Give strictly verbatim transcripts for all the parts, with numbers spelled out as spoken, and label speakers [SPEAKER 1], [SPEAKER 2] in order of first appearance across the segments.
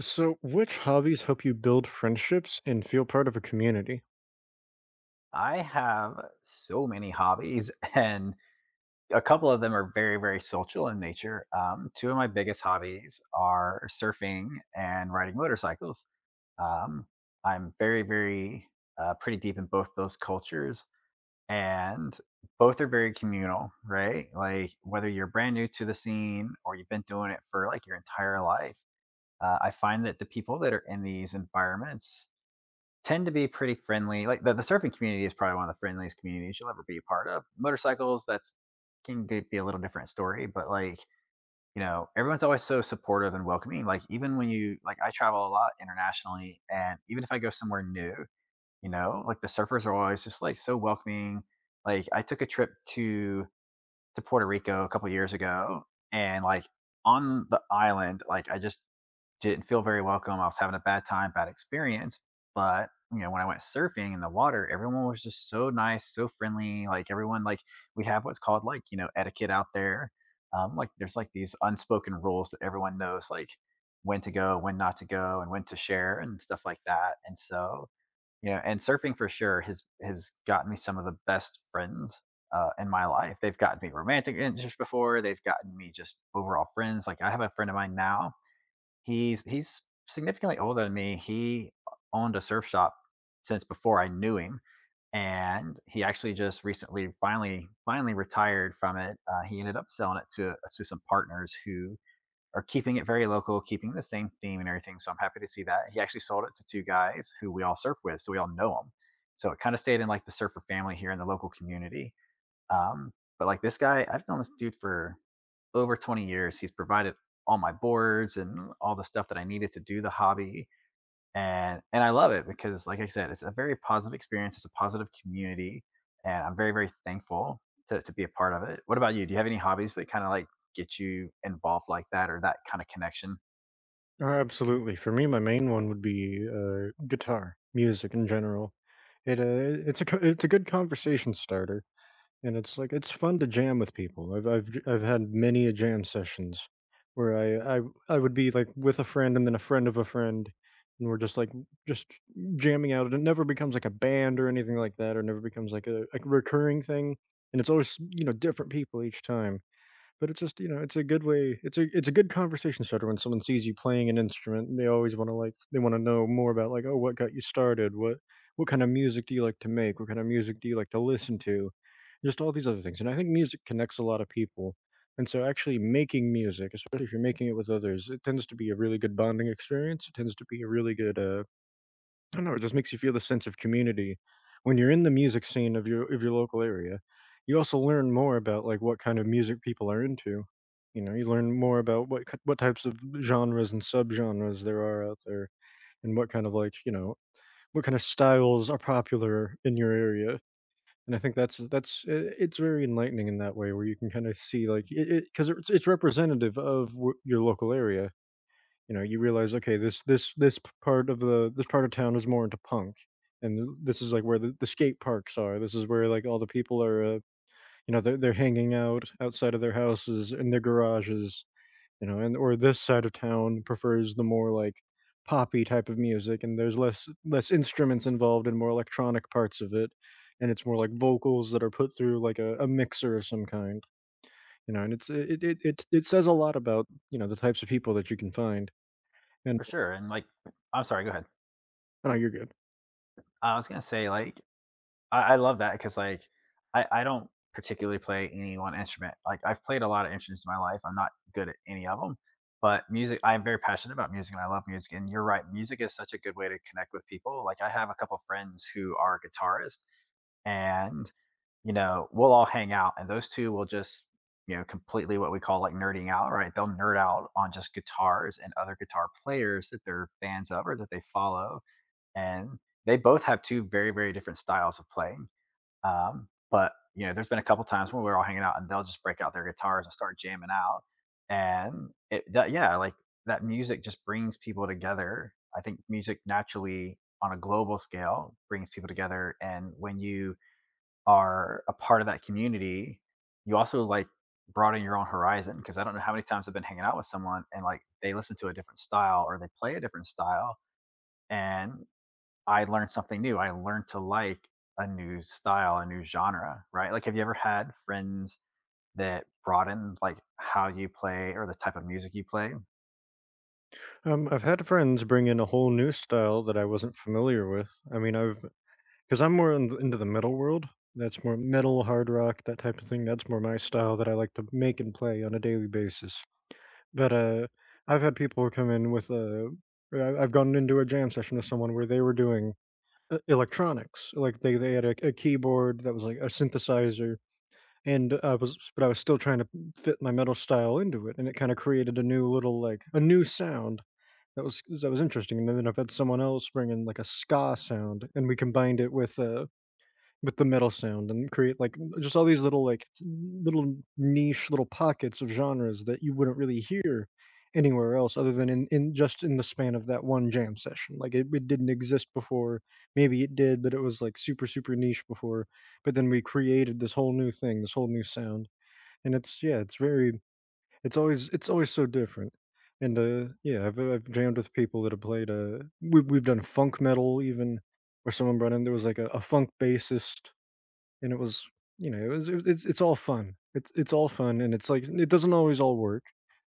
[SPEAKER 1] So, which hobbies help you build friendships and feel part of a community?
[SPEAKER 2] I have so many hobbies, and a couple of them are very, very social in nature. Um, two of my biggest hobbies are surfing and riding motorcycles. Um, I'm very, very uh, pretty deep in both those cultures, and both are very communal, right? Like whether you're brand new to the scene or you've been doing it for like your entire life, uh, I find that the people that are in these environments tend to be pretty friendly. Like the, the surfing community is probably one of the friendliest communities you'll ever be a part of. Motorcycles, that's can be be a little different story, but like, you know, everyone's always so supportive and welcoming. Like even when you like I travel a lot internationally and even if I go somewhere new, you know, like the surfers are always just like so welcoming. Like I took a trip to to Puerto Rico a couple years ago and like on the island, like I just didn't feel very welcome. I was having a bad time, bad experience. But you know, when I went surfing in the water, everyone was just so nice, so friendly. Like everyone, like we have what's called like you know etiquette out there. Um, like there's like these unspoken rules that everyone knows, like when to go, when not to go, and when to share and stuff like that. And so, you know, and surfing for sure has has gotten me some of the best friends uh, in my life. They've gotten me romantic interests before. They've gotten me just overall friends. Like I have a friend of mine now. He's he's significantly older than me. He owned a surf shop since before I knew him, and he actually just recently finally finally retired from it. Uh, he ended up selling it to to some partners who are keeping it very local, keeping the same theme and everything. So I'm happy to see that. He actually sold it to two guys who we all surf with, so we all know them. So it kind of stayed in like the surfer family here in the local community. Um, but like this guy, I've known this dude for over twenty years. He's provided all my boards and all the stuff that I needed to do the hobby. And and I love it because like I said, it's a very positive experience. It's a positive community. And I'm very, very thankful to, to be a part of it. What about you? Do you have any hobbies that kind of like get you involved like that or that kind of connection?
[SPEAKER 1] Uh, absolutely. For me, my main one would be uh, guitar, music in general. It uh, it's a co- it's a good conversation starter, and it's like it's fun to jam with people. I've I've j- I've had many a jam sessions where I I I would be like with a friend and then a friend of a friend, and we're just like just jamming out. And it never becomes like a band or anything like that, or never becomes like a, a recurring thing. And it's always you know different people each time. But it's just, you know, it's a good way it's a it's a good conversation starter. When someone sees you playing an instrument, they always wanna, like they wanna know more about, like, "Oh, what got you started? What what kind of music do you like to make? What kind of music do you like to listen to?" Just all these other things, and I think music connects a lot of people, and so actually making music, especially if you're making it with others, it tends to be a really good bonding experience, it tends to be a really good, uh I don't know, it just makes you feel the sense of community. When you're in the music scene of your of your local area, you also learn more about, like, what kind of music people are into. You know, you learn more about what ki what types of genres and subgenres there are out there, and what kind of, like, you know, what kind of styles are popular in your area, and I think that's that's I it's very enlightening in that way where you can kinda see, like, it it 'cause it's it's representative of w your local area. You know, you realize, okay, this this this p- part of the this part of town is more into punk, and th- this is like where the, the skate parks are. This is where like all the people are, uh, you know, they're they're hanging out outside of their houses in their garages, you know, and or this side of town prefers the more like poppy type of music, and there's less less instruments involved and more electronic parts of it, and it's more like vocals that are put through like a, a mixer of some kind, you know, and it's it, it it it says a lot about you know the types of people that you can find and
[SPEAKER 2] For sure. And like I'm sorry, go ahead.
[SPEAKER 1] oh you're good.
[SPEAKER 2] I was gonna say like I, I love that because like I, I don't particularly play any one instrument. Like I've played a lot of instruments in my life. I'm not good at any of them, but music. I'm very passionate about music and I love music. And you're right, music is such a good way to connect with people. Like I have a couple friends who are guitarists, and you know we'll all hang out, and those two will just you know completely what we call like nerding out. Right? They'll nerd out on just guitars and other guitar players that they're fans of or that they follow, and they both have two very very different styles of playing, um, but you know, there's been a couple times when we were all hanging out and they'll just break out their guitars and start jamming out. And it, do- yeah, like that music just brings people together. I think music naturally on a global scale brings people together. And when you are a part of that community, you also like broaden your own horizon. Cause I don't know how many times I've been hanging out with someone and like they listen to a different style or they play a different style. And I learned something new. I learned to like a new style, a new genre, right? Like, have you ever had friends that broadened like how you play or the type of music you play?
[SPEAKER 1] Um, I've had friends bring in a whole new style that I wasn't familiar with. I mean, I've, because I'm more in, into the metal world. That's more metal, hard rock, that type of thing. That's more my style that I like to make and play on a daily basis. But uh, I've had people come in with a. I- I've gone into a jam session with someone where they were doing uh, electronics, like they they had a, a keyboard that was like a synthesizer, and I was but I was still trying to fit my metal style into it, and it kind of created a new little like a new sound that was that was interesting, and then I've had someone else bring in, like, a ska sound, and we combined it with, uh, with the metal sound and create, like, just all these little, like, s little niche, little pockets of genres that you wouldn't really hear anywhere else other than in in just in the span of that one jam session, like, it it didn't exist before, maybe it did, but it was, like, super, super niche before, but then we created this whole new thing, this whole new sound, and it's yeah, it's very, it's always it's always so different, and, uh, yeah, I've I've jammed with people that have played, uh we've we've done funk metal even, where someone brought in there was, like, a a funk bassist, and it was, you know, it was it, it's it's all fun. It's it's all fun, and it's, like it doesn't always all work,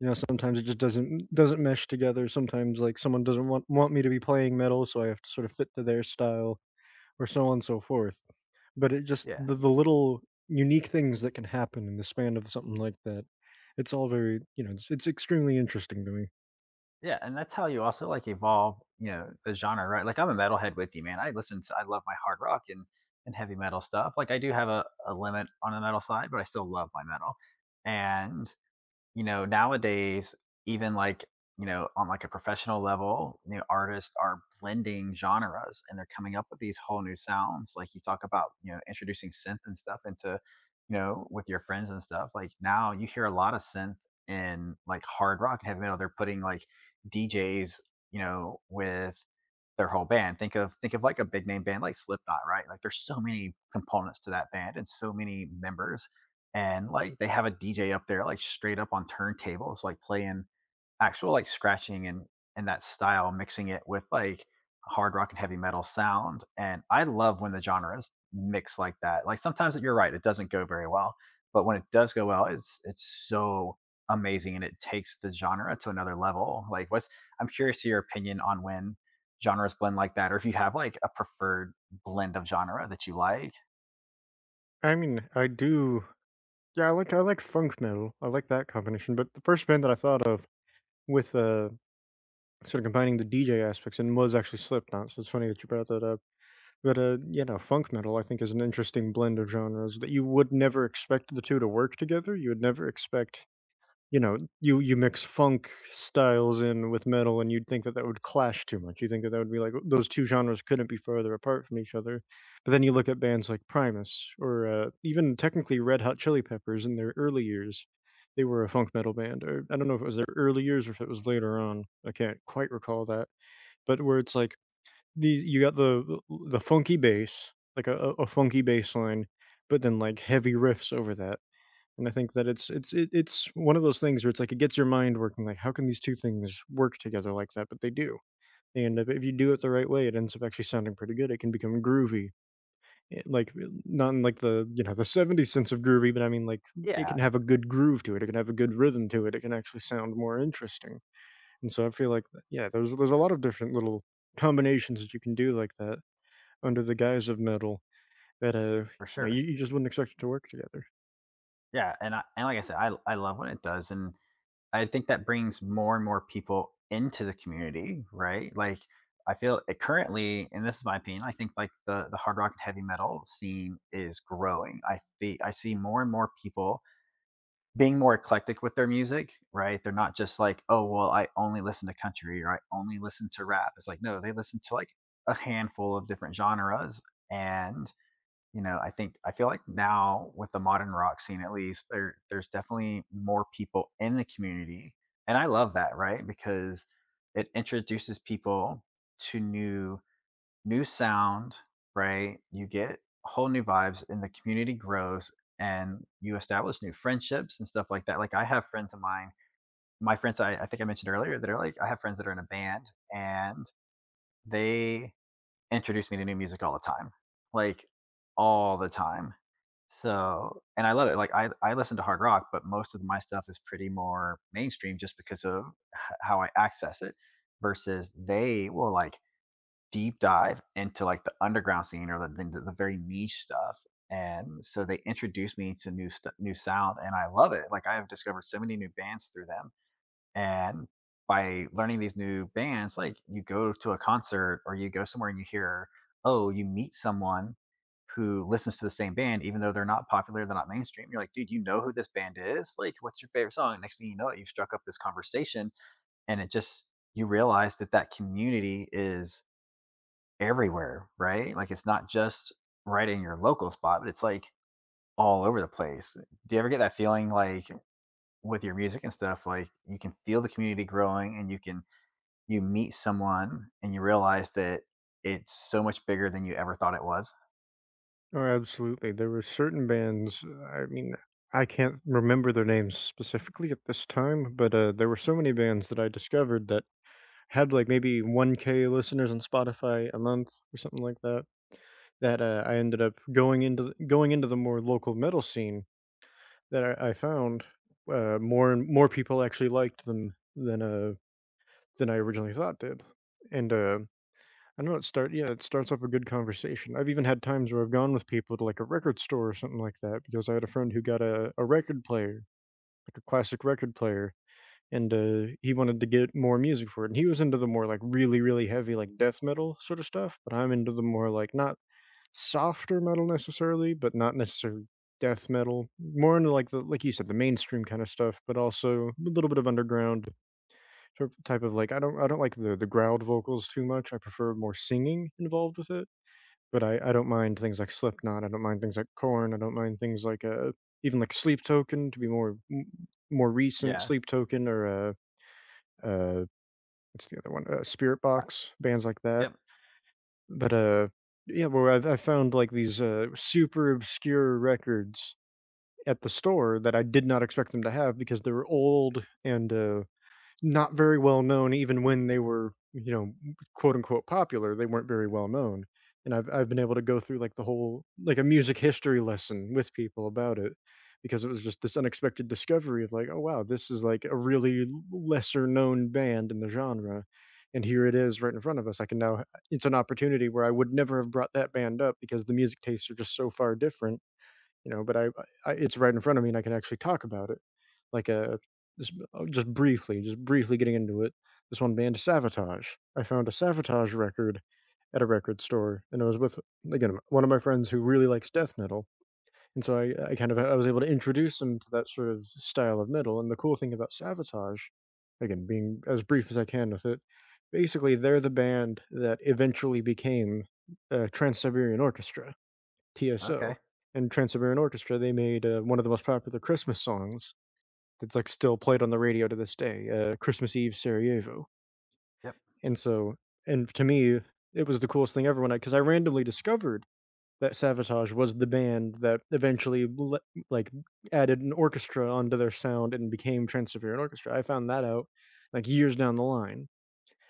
[SPEAKER 1] you know, sometimes it just doesn't doesn't mesh together, sometimes, like, someone doesn't want want me to be playing metal, so I have to sort of fit to their style or so on and so forth. But it just
[SPEAKER 2] Yeah.
[SPEAKER 1] the, the little Unique things that can happen in the span of something like that. It's all very, you know, it's, it's extremely interesting to me.
[SPEAKER 2] Yeah. And that's how you also like evolve, you know, the genre, right? Like I'm a metalhead with you, man. I listen to I love my hard rock and and heavy metal stuff. Like I do have a, a limit on the metal side, but I still love my metal. And you know, nowadays, even like, you know, on like a professional level, you know, artists are blending genres and they're coming up with these whole new sounds. Like you talk about, you know, introducing synth and stuff into, you know, with your friends and stuff. Like now you hear a lot of synth in like hard rock and heavy metal. They're putting like D Js, you know, with their whole band. Think of think of like a big name band like Slipknot, right? Like there's so many components to that band and so many members and like they have a D J up there, like straight up on turntables, like playing actual like scratching and and that style, mixing it with like hard rock and heavy metal sound. And I love when the genres mix like that. Like sometimes you're right, it doesn't go very well, but when it does go well, it's it's so amazing and it takes the genre to another level. Like what's I'm curious to your opinion on when genres blend like that or if you have like a preferred blend of genre that you like.
[SPEAKER 1] I mean, I do. Yeah, I like I like funk metal. I like that combination. But the first band that I thought of with uh sort of combining the D J aspects and was actually Slipknot. So it's funny that you brought that up. But uh, you know, funk metal I think is an interesting blend of genres that you would never expect the two to work together. You would never expect. You know, you you mix funk styles in with metal, and you'd think that that would clash too much. You think that that would be like, "Oh, those two genres couldn't be further apart from each other, but then you look at bands like Primus or, uh, even technically Red Hot Chili Peppers in their early years. They were a funk metal band, or I don't know if it was their early years or if it was later on. I can't quite recall that, but where it's like the you got the the funky bass, like a a a funky bass line, but then, like, heavy riffs over that. And I think that it's it's it, it's one of those things where it's like it gets your mind working. Like, how can these two things work together like that? But they do. And if if you do it the right way, it ends up actually sounding pretty good. It can become groovy, eh, like eh, not in like the you know the seventies sense of groovy, but I mean like it can
[SPEAKER 2] Yeah,
[SPEAKER 1] have a good groove to it. It can have a good rhythm to it. It can actually sound more interesting. And so I feel like that- yeah, there's there's a lot of different little combinations that you can do like that under the guise of metal that uh
[SPEAKER 2] for
[SPEAKER 1] you know,
[SPEAKER 2] sure.
[SPEAKER 1] you, you just wouldn't expect it to work together.
[SPEAKER 2] Yeah, and I and like I said, I I love when it does, and I think that brings more and more people into the community, right? Like I feel it currently, and this is my opinion, I think like the the hard rock and heavy metal scene is growing. I see I see more and more people being more eclectic with their music, right? They're not just like, oh well, I only listen to country or I only listen to rap. It's like no, they listen to like a handful of different genres and you know, I think I feel like now with the modern rock scene at least, there there's definitely more people in the community, and I love that, right? Because it introduces people to new new sound, right? You get whole new vibes and the community grows and you establish new friendships and stuff like that. Like I have friends of mine, my friends I, I think I mentioned earlier that are like I have friends that are in a band and they introduce me to new music all the time. Like all the time so and I love it. Like I I listen to hard rock, but most of my stuff is pretty more mainstream just because of h- how I access it versus they will like deep dive into like the underground scene or the into the very niche stuff. And so they introduce me to new stuff, new sound and I love it. Like I have discovered so many new bands through them and by learning these new bands, like you go to a concert or you go somewhere and you hear, oh, you meet someone who listens to the same band, even though they're not popular, they're not mainstream. You're like, dude, you know who this band is? Like, what's your favorite song? Next thing you know, you've struck up this conversation, and it just you realize that that community is everywhere, right? Like, it's not just right in your local spot, but it's like all over the place. Do you ever get that feeling like with your music and stuff, like you can feel the community growing and you can you meet someone and you realize that it's so much bigger than you ever thought it was.
[SPEAKER 1] Oh, absolutely. There were certain bands, I mean, I can't remember their names specifically at this time, but uh, there were so many bands that I discovered that had like maybe one k listeners on Spotify a month or something like that, that uh, I ended up going into th- going into the more local metal scene that I, I found uh, more and more people actually liked them than uh, than I originally thought did. And uh, I know it start yeah, it starts off a good conversation. I've even had times where I've gone with people to, like, a record store or something like that because I had a friend who got a a record player, like a classic record player, and, uh, he wanted to get more music for it, and he was into the more, like, really, really heavy, like, death metal sort of stuff, but I'm into the more, like, not softer metal necessarily, but not necessarily death metal. More into, like, the like you said, the mainstream kinda stuff, but also a little bit of underground typ type of, like I don't I don't like the the growled vocals too much, I prefer more singing involved with it. But I I don't mind things like Slipknot, I don't mind things like Korn, I don't mind things like, uh, even, like, Sleep Token to be more m more recent,
[SPEAKER 2] Yeah.
[SPEAKER 1] Sleep Token or, uh uh, what's the other one? Uh, Spirit
[SPEAKER 2] Uh,
[SPEAKER 1] Box, bands like that.
[SPEAKER 2] Yep.
[SPEAKER 1] But, uh, yeah, well I've I've found, like, these, uh, super obscure records at the store that I did not expect them to have because they were old and, uh not very well known even when they were, you know, quote unquote popular, they weren't very well known, and i've i've been able to go through like the whole like a music history lesson with people about it, because it was just this unexpected discovery of like, oh wow, this is like a really l- lesser known band in the genre, and here it is right in front of us. I can now, it's an opportunity where I would never have brought that band up because the music tastes are just so far different, you know, but I I it's right in front of me and I can actually talk about it. Like, a, just uh, just briefly, just briefly getting into it, this one band, Sabotage. I found a Sabotage record at a record store, and I was with, again, one of my friends who really likes death metal, and so I I kind of I was able to introduce him to that sort of style of metal, and the cool thing about Sabotage, again, being as brief as I can with it, basically, they're the band that eventually became, uh, Trans-Siberian Orchestra. T S O
[SPEAKER 2] Okay.
[SPEAKER 1] and Trans-Siberian Orchestra, they made, uh, one of the most popular Christmas songs that's, like, still played on the radio to this day, uh, Christmas Eve Sarajevo,
[SPEAKER 2] Yep.
[SPEAKER 1] and so, and to me, it was the coolest thing ever when I, because I randomly discovered that Savatage was the band that eventually le like, added an orchestra onto their sound and became Trans-Siberian Orchestra. I found that out, like, years down the line,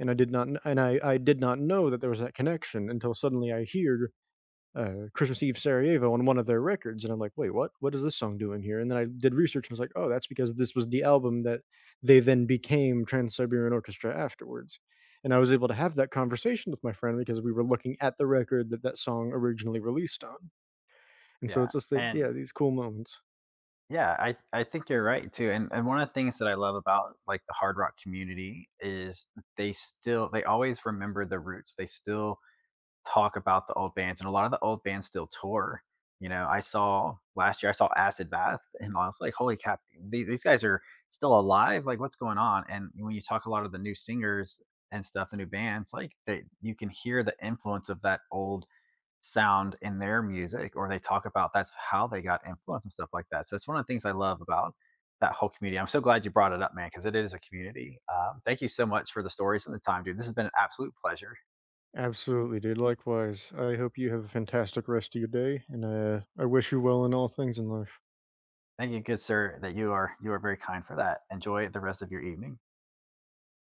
[SPEAKER 1] and I did not kn and I I did not know that there was that connection until suddenly I hear uh, Christmas Eve Sarajevo on one of their records. And I'm like, wait, what? What is this song doing here? And then I did research and was like, oh, that's because this was the album that they then became Trans Siberian Orchestra afterwards. And I was able to have that conversation with my friend because we were looking at the record that that song originally released on. And so
[SPEAKER 2] Yeah.
[SPEAKER 1] it's just like, yeah,
[SPEAKER 2] And
[SPEAKER 1] these cool moments.
[SPEAKER 2] yeah, I I think you're right too. And and one of the things that I love about like the hard rock community is they still they always remember the roots. They still talk about the old bands, and a lot of the old bands still tour. You know, I saw last year, I saw Acid Bath, and I was like, holy cap, these, these guys are still alive. Like, what's going on? And when you talk a lot of the new singers and stuff, the new bands, like, they, you can hear the influence of that old sound in their music, or they talk about that's how they got influence and stuff like that. So, that's one of the things I love about that whole community. I'm so glad you brought it up, man, because it is a community. Um, thank you so much for the stories and the time, dude. This has been an absolute pleasure.
[SPEAKER 1] Absolutely, dude. Likewise. I hope you have a fantastic rest of your day. And uh, I wish you well in all things in life.
[SPEAKER 2] Thank you, good sir, that you are you are very kind for that. Enjoy the rest of your evening.